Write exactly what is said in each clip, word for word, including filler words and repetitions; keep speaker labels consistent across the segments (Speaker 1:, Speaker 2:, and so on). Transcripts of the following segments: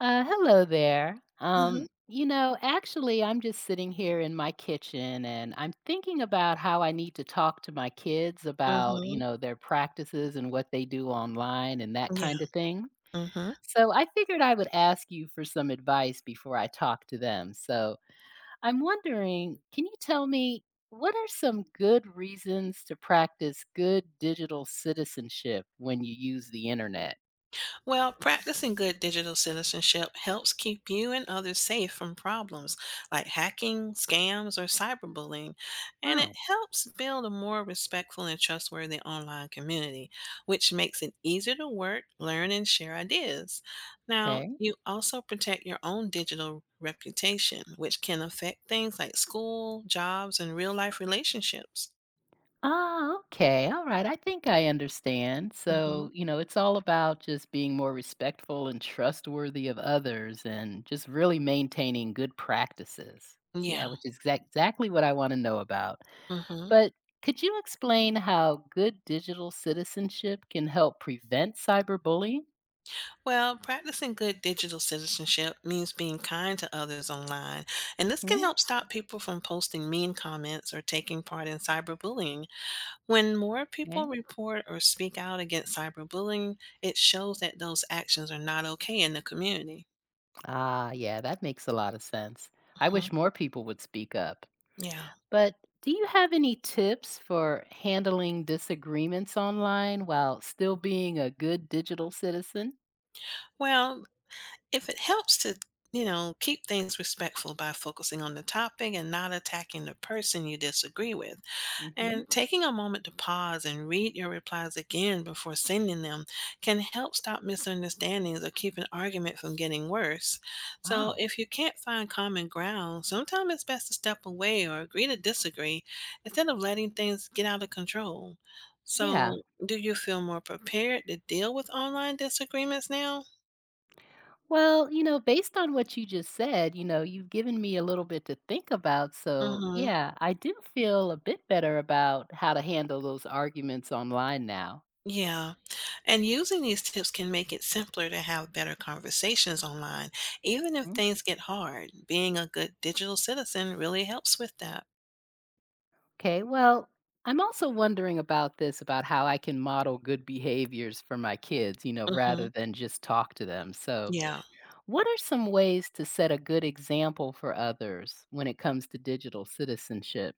Speaker 1: Uh, hello there.
Speaker 2: Mhm,
Speaker 1: Um, you know, actually, I'm just sitting here in my kitchen and I'm thinking about how I need to talk to my kids about, you
Speaker 2: mhm,
Speaker 1: know, their practices and what they do online and that kind
Speaker 2: yeah,
Speaker 1: of thing.
Speaker 2: mhm.
Speaker 1: So I figured I would ask you for some advice before I talk to them. So I'm wondering, can you tell me, what are some good reasons to practice good digital citizenship when you use the internet?
Speaker 2: Well, practicing good digital citizenship helps keep you and others safe from problems like hacking, scams, or cyberbullying, and it
Speaker 1: Oh,
Speaker 2: helps build a more respectful and trustworthy online community, which makes it easier to work, learn, and share ideas. Now,
Speaker 1: okay.
Speaker 2: you also protect your own digital reputation, which can affect things like school, jobs, and real life relationships.
Speaker 1: Ah, okay. All right. I think I understand.
Speaker 2: Mhm.
Speaker 1: So, you know, it's all about just being more respectful and trustworthy of others and just really maintaining good practices. Yeah,
Speaker 2: Yeah.
Speaker 1: which is exact exactly what I want to know about.
Speaker 2: Mhm.
Speaker 1: But could you explain how good digital citizenship can help prevent cyberbullying?
Speaker 2: Well, practicing good digital citizenship means being kind to others online, and this can
Speaker 1: Hmm.
Speaker 2: help stop people from posting mean comments or taking part in cyberbullying. When more people
Speaker 1: Okay.
Speaker 2: report or speak out against cyberbullying, it shows that those actions are not okay in the community.
Speaker 1: Ah, yeah, that makes a lot of sense. I
Speaker 2: Mhm.
Speaker 1: wish more people would speak up.
Speaker 2: Yeah.
Speaker 1: But do you have any tips for handling disagreements online while still being a good digital citizen?
Speaker 2: Well, if it helps to, you know, keep things respectful by focusing on the topic and not attacking the person you disagree with,
Speaker 1: Hmm.
Speaker 2: and taking a moment to pause and read your replies again before sending them can help stop misunderstandings or keep an argument from getting worse. So,
Speaker 1: Oh.
Speaker 2: if you can't find common ground, sometimes it's best to step away or agree to disagree instead of letting things get out of control.
Speaker 1: Yeah.
Speaker 2: So, do you feel more prepared to deal with online disagreements now?
Speaker 1: Well, you know, based on what you just said, you know, you've given me a little bit to think about. So,
Speaker 2: Mm-hmm.
Speaker 1: yeah, I do feel a bit better about how to handle those arguments online now.
Speaker 2: Yeah. And using these tips can make it simpler to have better conversations online, even if
Speaker 1: Mm.
Speaker 2: things get hard. Being a good digital citizen really helps with that.
Speaker 1: Okay. Well, I'm also wondering about this, about how I can model good behaviors for my kids, you know,
Speaker 2: hmm
Speaker 1: rather than just talk to them. So,
Speaker 2: Yeah.
Speaker 1: what are some ways to set a good example for others when it comes to digital citizenship?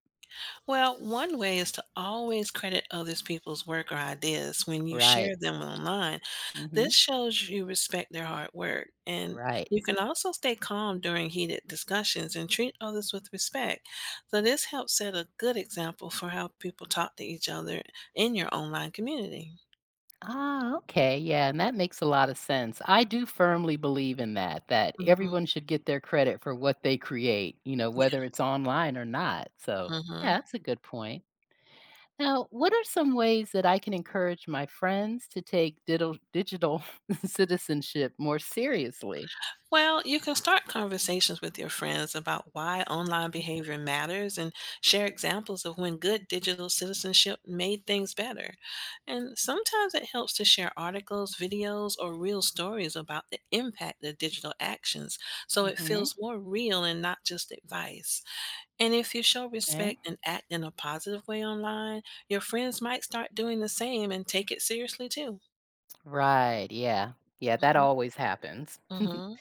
Speaker 2: Well, one way is to always credit others people's work or ideas when you share
Speaker 1: Right.
Speaker 2: them online.
Speaker 1: Hmm.
Speaker 2: This shows you respect their hard work. And
Speaker 1: Right.
Speaker 2: you can also stay calm during heated discussions and treat others with respect. So, this helps set a good example for how people talk to each other in your online community.
Speaker 1: Ah, okay. Yeah. And that makes a lot of sense. I do firmly believe in that, that everyone should get their credit for what they create, you know, whether
Speaker 2: Yeah.
Speaker 1: it's online or not. So,
Speaker 2: Mhm.
Speaker 1: yeah, that's a good point. Now, what are some ways that I can encourage my friends to take digital, digital citizenship more seriously?
Speaker 2: Well, you can start conversations with your friends about why online behavior matters and share examples of when good digital citizenship made things better. And sometimes it helps to share articles, videos, or real stories about the impact of digital actions so it
Speaker 1: Hmm.
Speaker 2: feels more real and not just advice. And if you show respect and act in a positive way online, your friends might start doing the same and take it seriously too.
Speaker 1: Right, yeah. Yeah, that
Speaker 2: hmm
Speaker 1: always happens.
Speaker 2: hmm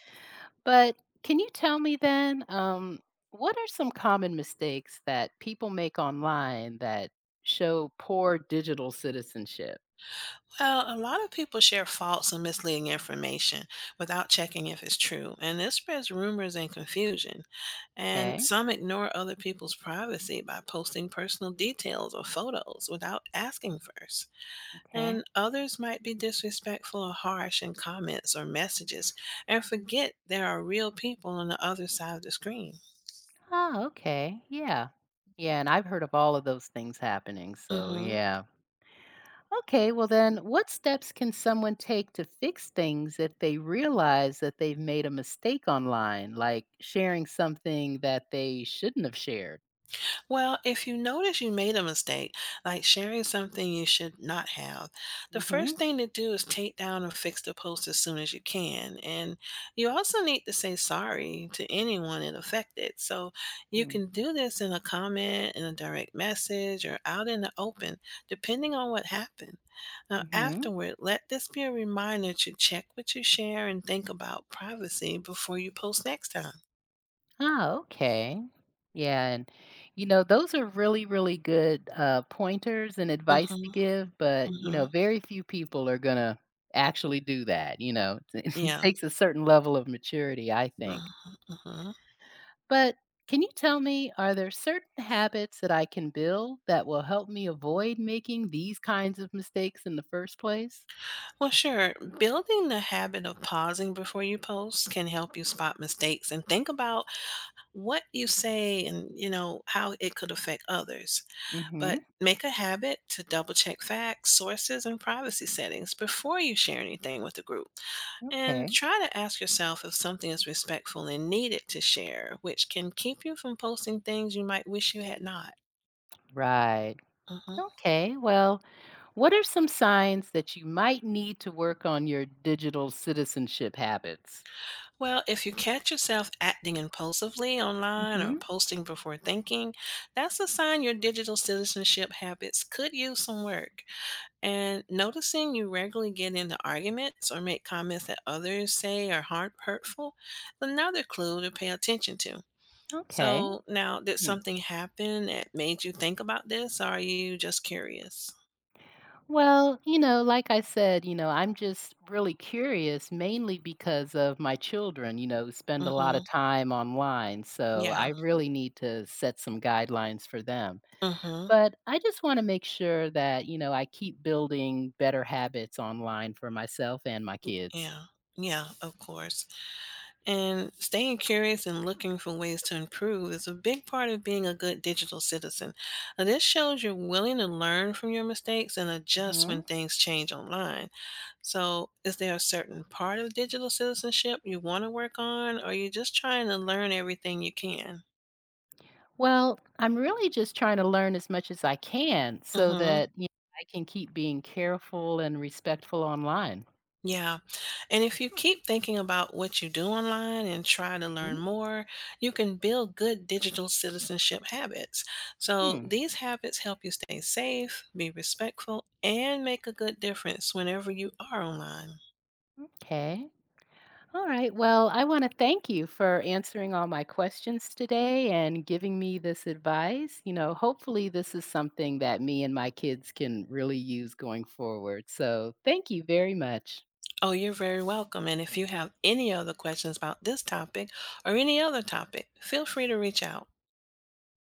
Speaker 1: But can you tell me then, um, what are some common mistakes that people make online that show poor digital citizenship?
Speaker 2: Uh, a lot of people share false and misleading information without checking if it's true, and this spreads rumors and confusion. And
Speaker 1: Okay,
Speaker 2: some ignore other people's privacy by posting personal details or photos without asking first. And
Speaker 1: okay.
Speaker 2: others might be disrespectful or harsh in comments or messages and forget there are real people on the other side of the screen.
Speaker 1: Oh, okay. Yeah. Yeah, and I've heard of all of those things happening, so
Speaker 2: hmm
Speaker 1: yeah. Okay, well then, what steps can someone take to fix things if they realize that they've made a mistake online, like sharing something that they shouldn't have shared?
Speaker 2: Well, if you notice you made a mistake, like sharing something you should not have, the first
Speaker 1: Mhm.
Speaker 2: thing to do is take down and fix the post as soon as you can. And you also need to say sorry to anyone it affected. So you
Speaker 1: Mm,
Speaker 2: can do this in a comment, in a direct message, or out in the open, depending on what happened. Now,
Speaker 1: mhm.
Speaker 2: afterward, let this be a reminder to check what you share and think about privacy before you post next time.
Speaker 1: Oh, okay. Yeah, and, you know, those are really, really good, uh, pointers and advice
Speaker 2: Mm-hmm,
Speaker 1: to give, but, you
Speaker 2: mm-hmm,
Speaker 1: know, very few people are gonna actually do that, you know? It
Speaker 2: yeah.
Speaker 1: takes a certain level of maturity, I think.
Speaker 2: Mm-hmm, mm-hmm.
Speaker 1: But can you tell me, are there certain habits that I can build that will help me avoid making these kinds of mistakes in the first place?
Speaker 2: Well, sure. Building the habit of pausing before you post can help you spot mistakes and think about what you say and, you know, how it could affect others. But
Speaker 1: Mhm.
Speaker 2: make a habit to double check facts, sources, and privacy settings before you share anything with the group. And
Speaker 1: Okay.
Speaker 2: try to ask yourself if something is respectful and needed to share, which can keep you from posting things you might wish you had not.
Speaker 1: Right.
Speaker 2: Mhm.
Speaker 1: Okay. Well, what are some signs that you might need to work on your digital citizenship habits?
Speaker 2: Well, if you catch yourself acting impulsively online or
Speaker 1: Mhm.
Speaker 2: posting before thinking, that's a sign your digital citizenship habits could use some work. And noticing you regularly get into arguments or make comments that others say are hard, hurtful is another clue to pay attention to.
Speaker 1: Okay.
Speaker 2: So, now did
Speaker 1: Hmm.
Speaker 2: something happen that made you think about this, or are you just curious?
Speaker 1: Well, you know, like I said, you know, I'm just really curious mainly because of my children, you know, spend a lot of
Speaker 2: Mm-hmm.
Speaker 1: time online. So
Speaker 2: Yeah.
Speaker 1: I really need to set some guidelines for them.
Speaker 2: Mm-hmm.
Speaker 1: But I just want to make sure that, you know, I keep building better habits online for myself and my kids.
Speaker 2: Yeah. Yeah, of course. And staying curious and looking for ways to improve is a big part of being a good digital citizen. Now, this shows you're willing to learn from your mistakes and adjust when
Speaker 1: Mhm.
Speaker 2: things change online. So, is there a certain part of digital citizenship you want to work on, or are you just trying to learn everything you can?
Speaker 1: Well, I'm really just trying to learn as much as I can
Speaker 2: Mm
Speaker 1: so
Speaker 2: hmm.
Speaker 1: that you know, I can keep being careful and respectful online.
Speaker 2: Yeah. And if you keep thinking about what you do online and try to learn more, you can build good digital citizenship habits. So
Speaker 1: Mhm.
Speaker 2: these habits help you stay safe, be respectful, and make a good difference whenever you are online.
Speaker 1: Okay. All right. Well, I want to thank you for answering all my questions today and giving me this advice. You know, hopefully, this is something that me and my kids can really use going forward. So, thank you very much.
Speaker 2: Oh, you're very welcome. And if you have any other questions about this topic or any other topic, feel free to reach out.